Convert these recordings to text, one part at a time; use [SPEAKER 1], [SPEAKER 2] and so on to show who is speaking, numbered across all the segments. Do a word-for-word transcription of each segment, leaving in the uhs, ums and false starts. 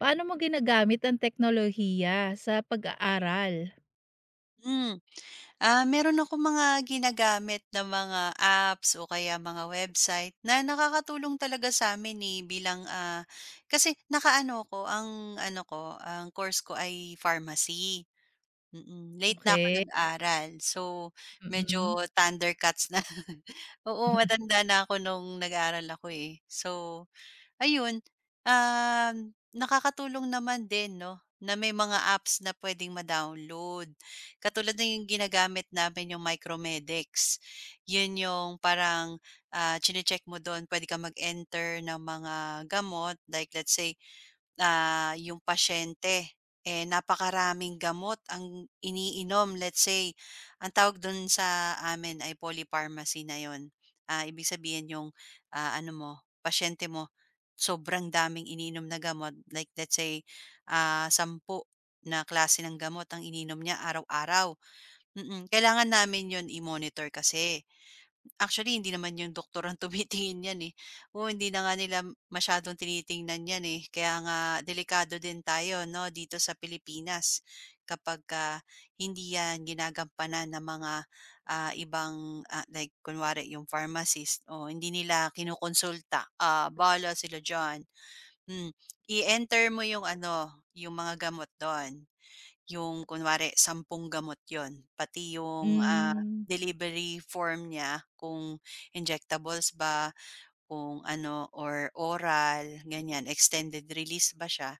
[SPEAKER 1] Paano mo ginagamit ang teknolohiya sa pag-aaral?
[SPEAKER 2] Hmm. Ah, meron ako mga ginagamit na mga apps o kaya mga website na nakakatulong talaga sa sa'min, ni bilang, ah, kasi nakaano ko ang ano ko, ang course ko ay pharmacy. Mm, mm. Late na ako
[SPEAKER 1] Okay.
[SPEAKER 2] nag-aral. So,
[SPEAKER 1] Mm-mm.
[SPEAKER 2] medyo thundercats na. Oo,
[SPEAKER 1] Mm.
[SPEAKER 2] matanda na ako nung nag-aral ako, eh. So, ayun, um, nakakatulong naman din 'no, na may mga apps na puwedeng ma-download. Katulad na yung ginagamit namin yung Micromedics. Yun yung parang, ah, chine-check mo dun, puwede kang mag-enter ng mga gamot like let's say, Ah, yung pasyente, eh, napakaraming gamot ang iniinom. Let's say, ang tawag dun sa amin ay polypharmacy na yun. Ah, ibig sabihin yung, ah, ano mo, pasyente mo, sobrang daming iniinom na gamot. Like let's say, ah, sampung na klase ng gamot ang iniinom niya araw-araw. Mm, mm. Kailangan namin yon i-monitor kasi. Actually hindi naman yung doktor ang tumitingin niyan, eh. Oo, hindi na nga nila masyadong tinitingnan yan, eh. Kaya nga delikado din tayo 'no, dito sa Pilipinas kapagka hindi yan ginagampanan ng mga, ah, ibang, ah, like kunwari yung pharmacist, o hindi nila kinokonsulta. Ah, bala sila diyan. Hmm, I-enter mo yung ano, yung mga gamot dun. Yung kunwari sampung gamot yon, pati yung, ah,
[SPEAKER 1] Hmm.
[SPEAKER 2] delivery form niya kung injectables ba, kung ano or oral ganyan, extended release ba siya.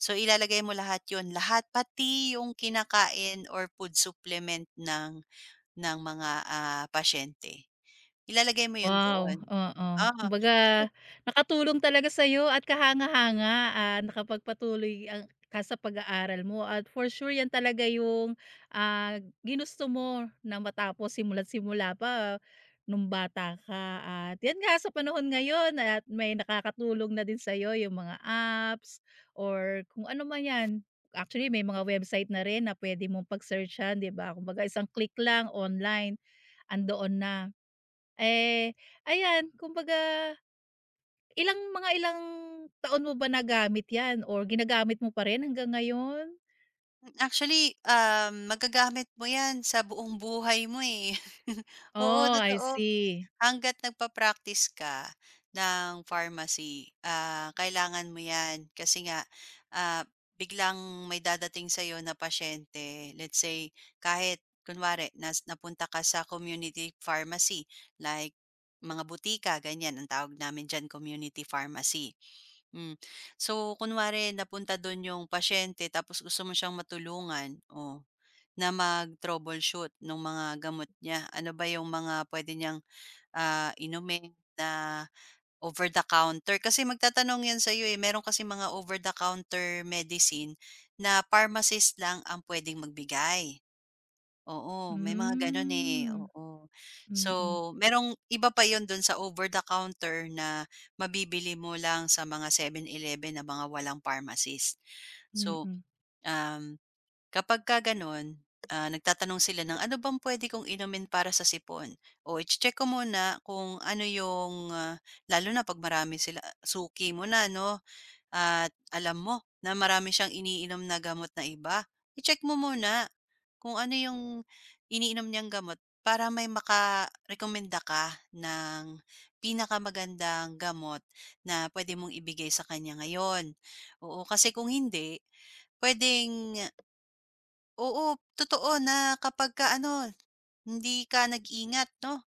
[SPEAKER 2] So ilalagay mo lahat yon, lahat pati yung kinakain or food supplement ng ng mga, ah, pasyente, ilalagay mo yun
[SPEAKER 1] Wow,
[SPEAKER 2] doon.
[SPEAKER 1] oo.
[SPEAKER 2] ah
[SPEAKER 1] Kumbaga
[SPEAKER 2] Kasi
[SPEAKER 1] nakatulong talaga sa'yo at kahanga-hanga at nakapagpatuloy ang ka sa pag-aaral mo, at for sure yan talaga yung, ah, ginusto mo na matapos simula't simula pa nung bata ka, at yan nga sa panahon ngayon at may nakakatulong na din sa'yo yung mga apps or kung ano man yan. Actually may mga website na rin na puwede mong pag-searchan, 'di ba? Kumbaga isang click lang, online. Andoon na. Eh, ayan kumbaga ilang mga ilang taon mo ba nagamit 'yan or ginagamit mo pa rin hanggang ngayon?
[SPEAKER 2] actually, um, magagamit mo yan sa buong buhay mo, eh. Oo,
[SPEAKER 1] Oh, I
[SPEAKER 2] totoo.
[SPEAKER 1] see.
[SPEAKER 2] Hangga't nagpa-practice ka ng pharmacy, ah, kailangan mo 'yan kasi nga, ah, biglang may dadating sa'yo na pasyente. Let's say, kahit kunwari nas napunta ka sa community pharmacy like mga butika ganyan, ang tawag namin diyan community pharmacy. Hmm. So, kunwari napunta dun yung pasyente tapos gusto mo siyang matulungan, oh, na mag-troubleshoot ng mga gamot niya. Ano ba yung mga puwede niyang, Ah, inumin na over the counter kasi magtatanong 'yan sa'yo, eh. Meron kasi mga over the counter medicine na pharmacist lang ang puwedeng magbigay. Oo, may mga gano'n, eh,
[SPEAKER 1] Hmm,
[SPEAKER 2] oo. So,
[SPEAKER 1] mm.
[SPEAKER 2] merong iba pa yon do'n sa over the counter na mabibili mo lang sa mga seven eleven na mga walang pharmacist.
[SPEAKER 1] Mm.
[SPEAKER 2] So,
[SPEAKER 1] Mm.
[SPEAKER 2] um kapagka gano'n, ah, nagtatanong sila ng, "Ano bang pwede kong inumin para sa sipon?" O i-che-check ko muna kung ano yung, ah, lalo na 'pag marami sila suki mo na 'no, at alam mo na marami siyang iniinom na gamot na iba, i-check mo muna kung ano yung iniinom niyang gamot para may makarekomenda ka ng pinakamagandang gamot na pwede mong ibigay sa kanya ngayon. Oo, kasi kung hindi, puwedeng oo, totoo na kapagka ano, hindi ka nag-ingat 'no,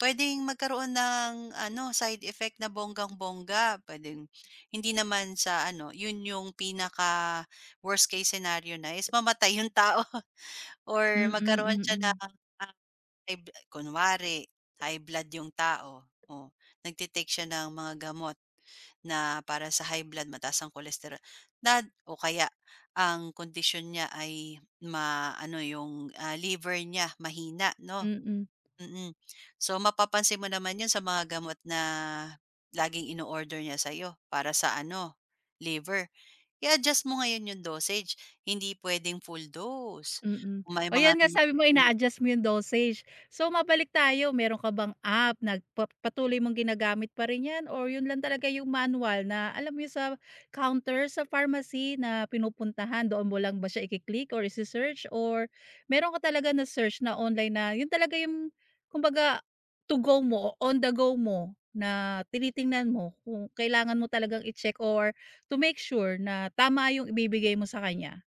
[SPEAKER 2] puwedeng magkaroon ng ano, side effect na bonggang-bongga. Puwedeng hindi naman sa ano, 'yun yung pinaka worst case scenario na is mamatay yung tao or
[SPEAKER 1] Mm,
[SPEAKER 2] magkaroon siya ng,
[SPEAKER 1] mm.
[SPEAKER 2] ah High b kunwari high blood yung tao, oh, nagte siya ng mga gamot na para sa high blood, mataas ang cholesterol nad o kaya ang kondisyon niya ay ma ano yung, ah, liver niya mahina 'no,
[SPEAKER 1] Mm.
[SPEAKER 2] mm. So mapapansin mo naman 'yun sa mga gamot na laging ino-order niya sa'yo para sa ano, liver. I-adjust mo ngayon yung dosage, hindi pwedeng full dose.
[SPEAKER 1] Mm.
[SPEAKER 2] Kung may
[SPEAKER 1] O yan
[SPEAKER 2] mga
[SPEAKER 1] nga sabi mo ina-adjust mo yung dosage. So mabalik tayo, meron ka bang app na pa patuloy mong ginagamit pa rin yan, or yun lang talaga yung manual na alam mo yun sa counter sa pharmacy na pinupuntahan? Doon mo lang ba siya iki-click or ise-search, or meron ka talaga na search na online na yun talaga yung kumbaga to go mo, on the go mo na tinitingnan mo kung kailangan mo talagang i-check or to make sure na tama yung ibibigay mo sa kanya?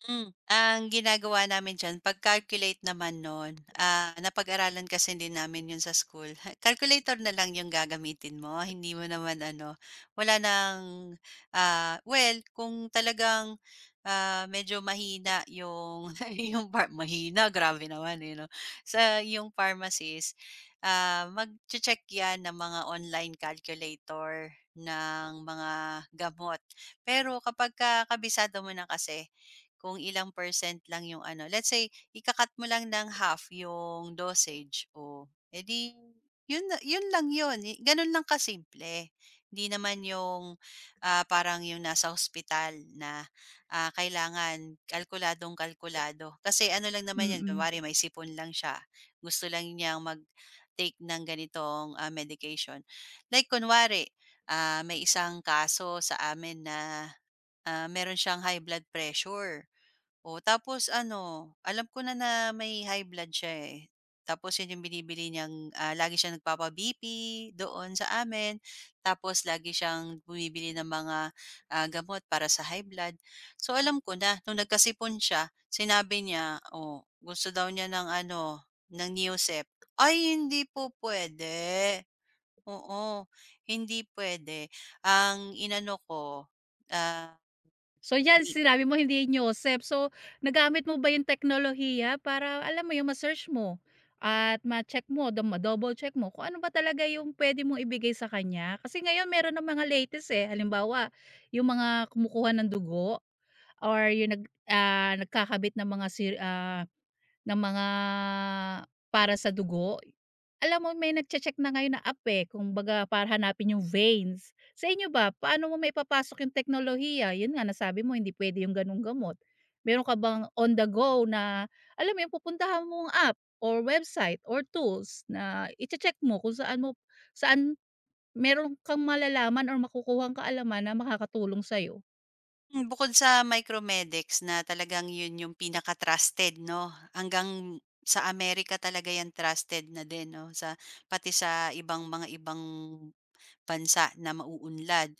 [SPEAKER 2] Hmm, ang ginagawa namin diyan pag-calculate naman no'n, ah, napag-aralan kasi din namin yun sa school. Calculator na lang 'yung gagamitin mo, hindi mo naman ano, wala ng, ah, well kung talagang, ah, medyo mahina 'yung 'yung par mahina grabe naman, eh, 'no, sa 'yung pharmacist, ah, magche-check 'yan ng mga online calculator ng mga gamot. Pero kapagka kabisado mo na kasi kung ilang percent lang yung ano, let's say ika mo lang ng half yung dosage, o edi yun na yun lang yun, Y- ganun lang kasimple. Hindi naman yung, ah, parang yung nasa ospital na, ah, kailangan kalkuladong kalkulado. Kasi ano lang naman yan,
[SPEAKER 1] Mm.
[SPEAKER 2] kunwari may sipon lang siya, gusto lang niyang mag-take ng ganitong, ah, medication. Like kunwari, ah, may isang kaso sa amin na, ah, meron siyang high blood pressure. O tapos ano, alam ko na na may high blood siya, eh. Tapos yun yung binibili niyang, ah, lagi siyang nagpapa-B P doon sa amin, tapos lagi siyang bumibili ng mga, ah, gamot para sa high blood. So, alam ko na nung nagkasipon siya, sinabi niya, oh, gusto daw niya ng ano, ng Neosep. Ay, hindi po pwede, oo, hindi pwede. Ang inano ko, ah,
[SPEAKER 1] So 'yan,
[SPEAKER 2] ni
[SPEAKER 1] sinabi mo hindi yun Yosef. So, nagamit mo ba yung teknolohiya para alam mo yung ma-search mo at ma-check mo, do ma-double check mo kung ano ba talaga yung pwede mong ibigay sa kanya? Kasi ngayon meron ng mga latest, eh. Halimbawa, yung mga kumukuha ng dugo, or yung nag ah, nagkakabit ng mga sir ah, ng mga para sa dugo. Alam mo may nagche-check na ngayon na app, eh, kung baga para hanapin yung veins. Sa inyo ba, paano mo may papasok yung teknolohiya? Yun nga nasabi mo hindi pwede yung ganung gamot. Meron ka bang on the go na alam mo yun pupuntahan mong app or website or tools na iche-check mo kung saan mo saan meron kang malalaman or makukuhang kaalaman na makakatulong sa'yo?
[SPEAKER 2] Hmm, bukod sa Micromedics na talagang yun yung pinaka-trusted 'no, hanggang sa Amerika talaga yan trusted na din 'no, sa pati sa ibang mga ibang bansa na mauunlad.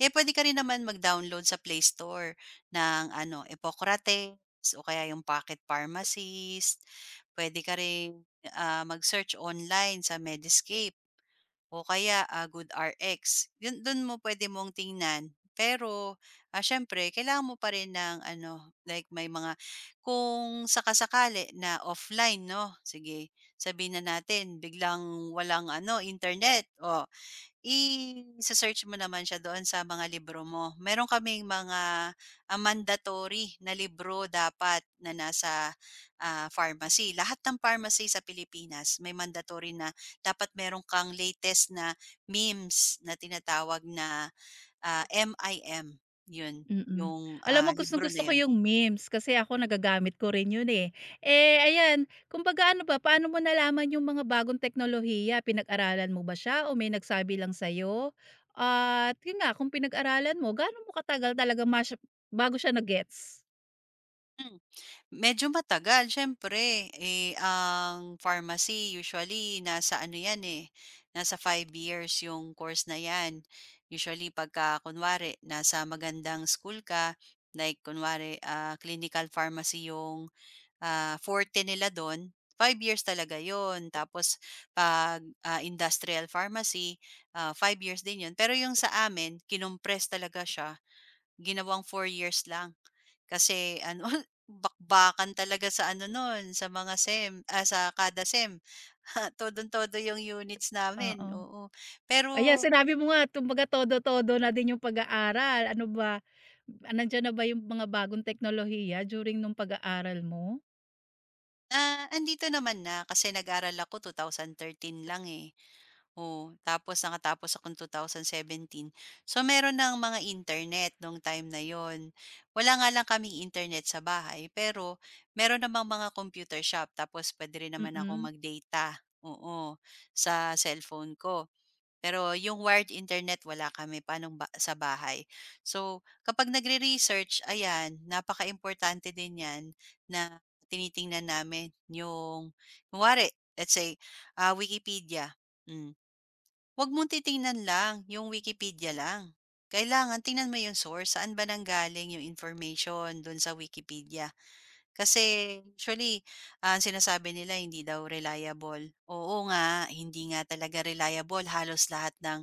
[SPEAKER 2] Eh, puwede ka rin naman mag-download sa Play Store ng ano, Epocrates o kaya yung Pocket Pharmacist. Pwede ka ring, ah, mag-search online sa Mediscape o kaya, ah, GoodRx. Yun dun mo pwede mong tingnan. Pero, ah, siyempre kailangan mo pa rin ng ano, like may mga kung saka-sakali na offline 'no, sige sabihin na natin biglang walang ano, internet, oh i search mo naman siya doon sa mga libro mo. Meron kaming mga, ah, mandatory na libro dapat na nasa, ah, pharmacy. Lahat ng pharmacy sa Pilipinas may mandatory na dapat meron kang latest na memes na tinatawag na, ah, M-I-M, 'yun,
[SPEAKER 1] Mm.
[SPEAKER 2] yung,
[SPEAKER 1] Alam mo
[SPEAKER 2] ah, libro
[SPEAKER 1] gustong-gusto ko
[SPEAKER 2] na 'yun.
[SPEAKER 1] yung memes kasi ako nagagamit ko rin yun, eh. Eh, ayan, kumbaga ano ba, paano mo nalaman yung mga bagong teknolohiya, pinag-aralan mo ba siya o may nagsabi lang sa'yo? At yun nga, kung pinag-aralan mo, gaano mo katagal talaga mas bago siya na-gets?
[SPEAKER 2] Hmm. Medyo matagal syempre eh, ang pharmacy usually nasa ano 'yan, eh, nasa five years yung course na 'yan. Usually pagka kunwari nasa magandang school ka, like kunwari, ah, clinical pharmacy yung, ah, forte nila do'n, five years talaga yon. Tapos 'pag, ah, industrial pharmacy, ah, five years din yon. Pero yung sa amin kinompres talaga siya, ginawang four years lang. Kasi ano, bakbakan talaga sa ano nun, sa mga SEM, ah, sa kada SEM. Todong-todo yung units namin,
[SPEAKER 1] Oo.
[SPEAKER 2] oo.
[SPEAKER 1] Ayan,
[SPEAKER 2] Pero,
[SPEAKER 1] sinabi mo nga kumbaga todo-todo na din yung pag-aaral. Ano ba, nandiyan na ba yung mga bagong teknolohiya during nung pag-aaral mo?
[SPEAKER 2] ah, andito naman na kasi nag-aral ako two thousand thirteen lang, eh. Oo, tapos nakatapos akong two thousand seventeen. So, meron ng mga internet nung time na yon. Wala nga lang kaming internet sa bahay, pero meron namang mga computer shop tapos puwede rin naman ako
[SPEAKER 1] Mm.
[SPEAKER 2] mag-data, oo, sa cellphone ko. Pero yung wired internet wala kami panong ba sa bahay. So, kapag nagre-research, ayan, importante din 'yan na tinitingnan namin yung kunwari, let's say, ah, Wikipedia. Hmm. 'Wag mong titingnan lang yung Wikipedia lang. Kailangan tingnan mo yung source, saan ba nanggaling yung information dun sa Wikipedia. Kasi usually, ah, ang sinasabi nila hindi daw reliable. Oo nga, hindi nga talaga reliable halos lahat ng,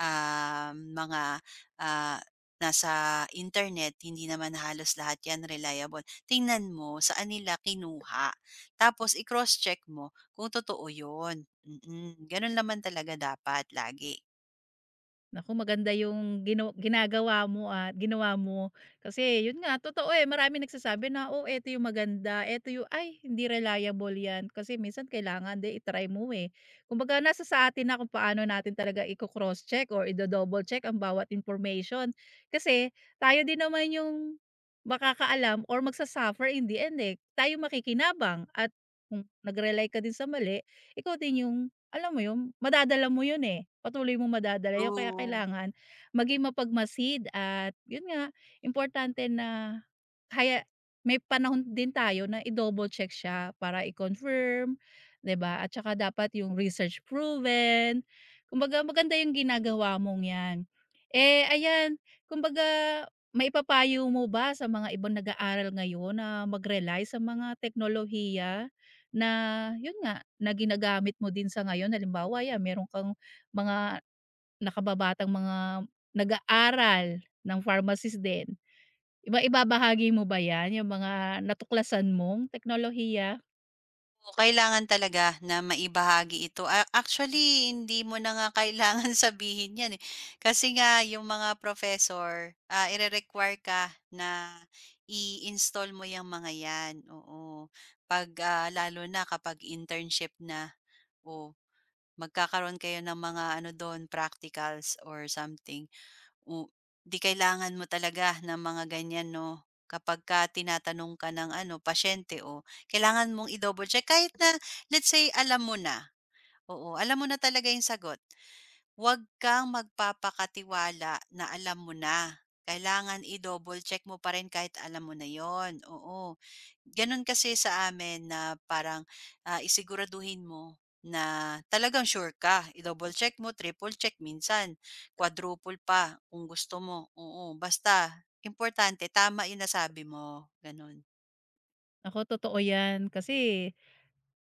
[SPEAKER 2] um, mga, ah, nasa internet, hindi naman halos lahat 'yan reliable. Tingnan mo saan nila kinuha, tapos i-cross-check mo kung totoo 'yun. Mm, gano'n naman talaga dapat lagi.
[SPEAKER 1] Naku, maganda yung ginaw ginagawa mo at ginawa mo. Kasi yun nga, totoo, eh, maraming nagsasabi na, "Oh, eto yung maganda, eto yung ay hindi reliable yan." Kasi minsan kailangan de i mo, eh. Kumbaga nasa sa atin na kung paano natin talaga iko-cross check or ido-double check ang bawat information. Kasi tayo din naman yung makakaalam or magsasuffer suffer in the end, eh. Tayo makikinabang, at kung nag-rely ka din sa mali, ikaw din yung alam mo yun, madadala mo yun, eh, patuloy mo madadala yun, kaya
[SPEAKER 2] True.
[SPEAKER 1] kailangan maging mapagmasid, at yun nga, importante na kaya may panahon din tayo na i-double check siya para i-confirm, 'di ba? At saka dapat yung research proven, kumbaga maganda yung ginagawa mong 'yan. Eh, ayan, kumbaga maipapayo mo ba sa mga ibang nag-aaral ngayon na mag-rely sa mga teknolohiya? Na yun nga, na ginagamit mo din sa ngayon. Halimbawa, yan meron kang mga nakababatang mga nag-aaral ng pharmacist din. Iba ibabahagi mo ba yan, yung mga natuklasan mong teknolohiya?
[SPEAKER 2] Oo, kailangan talaga na maibahagi ito. A actually, hindi mo na nga kailangan sabihin 'yan, eh. Kasi nga yung mga professor, ah, ire-require ka na i-install mo yung mga 'yan, oo. 'Pag, ah, lalo na kapag internship na, oh, magkakaroon kayo ng mga ano dun, practicals or something. O 'di kailangan mo talaga ng mga ganyan 'no, kapagka tinatanong ka ng ano, pasyente o kailangan mong i-double check kahit na let's say alam mo na, oo, alam mo na talaga yung sagot. Huwag kang magpapakatiwala na alam mo na. Kailangan i-double check mo pa rin kahit alam mo na 'yon, oo. Gano'n kasi sa amin na parang, ah, isiguraduhin mo na talagang sure ka. I-double check mo, triple check, minsan quadruple pa kung gusto mo, oo. Basta importante tama 'yung nasabi mo, gano'n.
[SPEAKER 1] Ako totoo yan kasi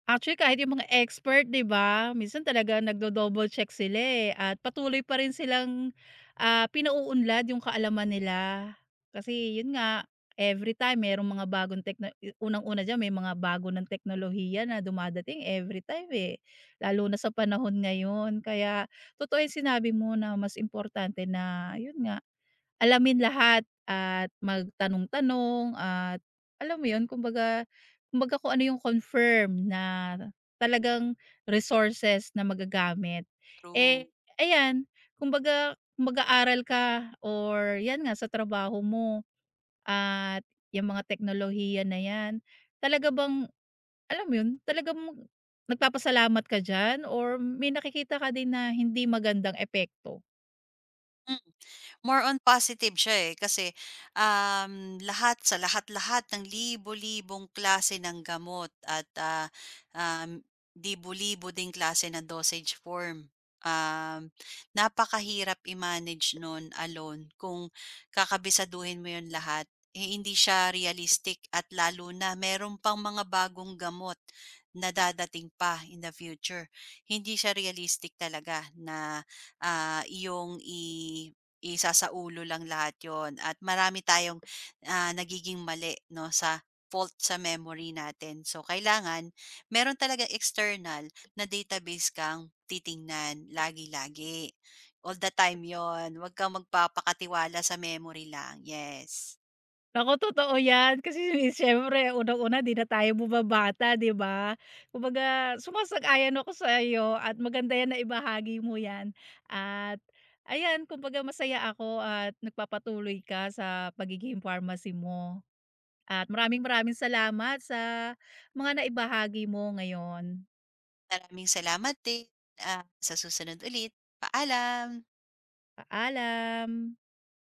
[SPEAKER 1] actually, kahit yung mga expert, 'di ba? Minsan talaga nagdo-double check sila, eh, at patuloy pa rin silang, ah, pinauunlad yung kaalaman nila. Kasi yun nga, every time merong mga bagong tekno yu unang-una diyan may mga bago ng teknolohiya na dumadating every time eh, lalo na sa panahon ngayon. Kaya totoo yung sinabi mo na mas importante na yun nga, alamin lahat at magtanong-tanong, at alam mo 'yun, kumbaga kumbaga kung ano yung confirm na talagang resources na magagamit. Eh,
[SPEAKER 2] True.
[SPEAKER 1] ayan, kumbaga kung mag-aaral ka or 'yan nga sa trabaho mo, at yung mga teknolohiya na 'yan, talaga bang alam mo 'yun, talagang nagpapasalamat ka diyan, or may nakikita ka din na hindi magandang epekto?
[SPEAKER 2] More on positive siya, eh, kasi, um, lahat sa lahat-lahat ng libo-libong klase ng gamot at, ah, um, libo-libo ding klase ng dosage form, um, napakahirap i-manage nun alone kung kakabisaduhin mo yun lahat. Eh, hindi siya realistic at lalo na meron pang mga bagong gamot na dadating pa in the future. Hindi siya realistic talaga na, ah, iyong i isasaulo lang lahat yon at marami tayong, ah, nagiging mali 'no, sa fault sa memory natin. So, kailangan meron talaga external na database kang titingnan lagi-lagi. All the time yon. Huwag kang magpapakatiwala sa memory lang, yes.
[SPEAKER 1] Naku, totoo 'yan. Kasi si, siyempre unang-una 'di na tayo bumabata, 'di ba? Kumbaga sumasang-ayon ako sa iyo at maganda 'yan na ibahagi mo 'yan. At ayan, kumbaga masaya ako at nagpapatuloy ka sa pagiging pharmacy mo. At maraming-maraming salamat sa mga naibahagi mo ngayon.
[SPEAKER 2] Maraming salamat din, ah, sa susunod ulit, paalam.
[SPEAKER 1] Paalam.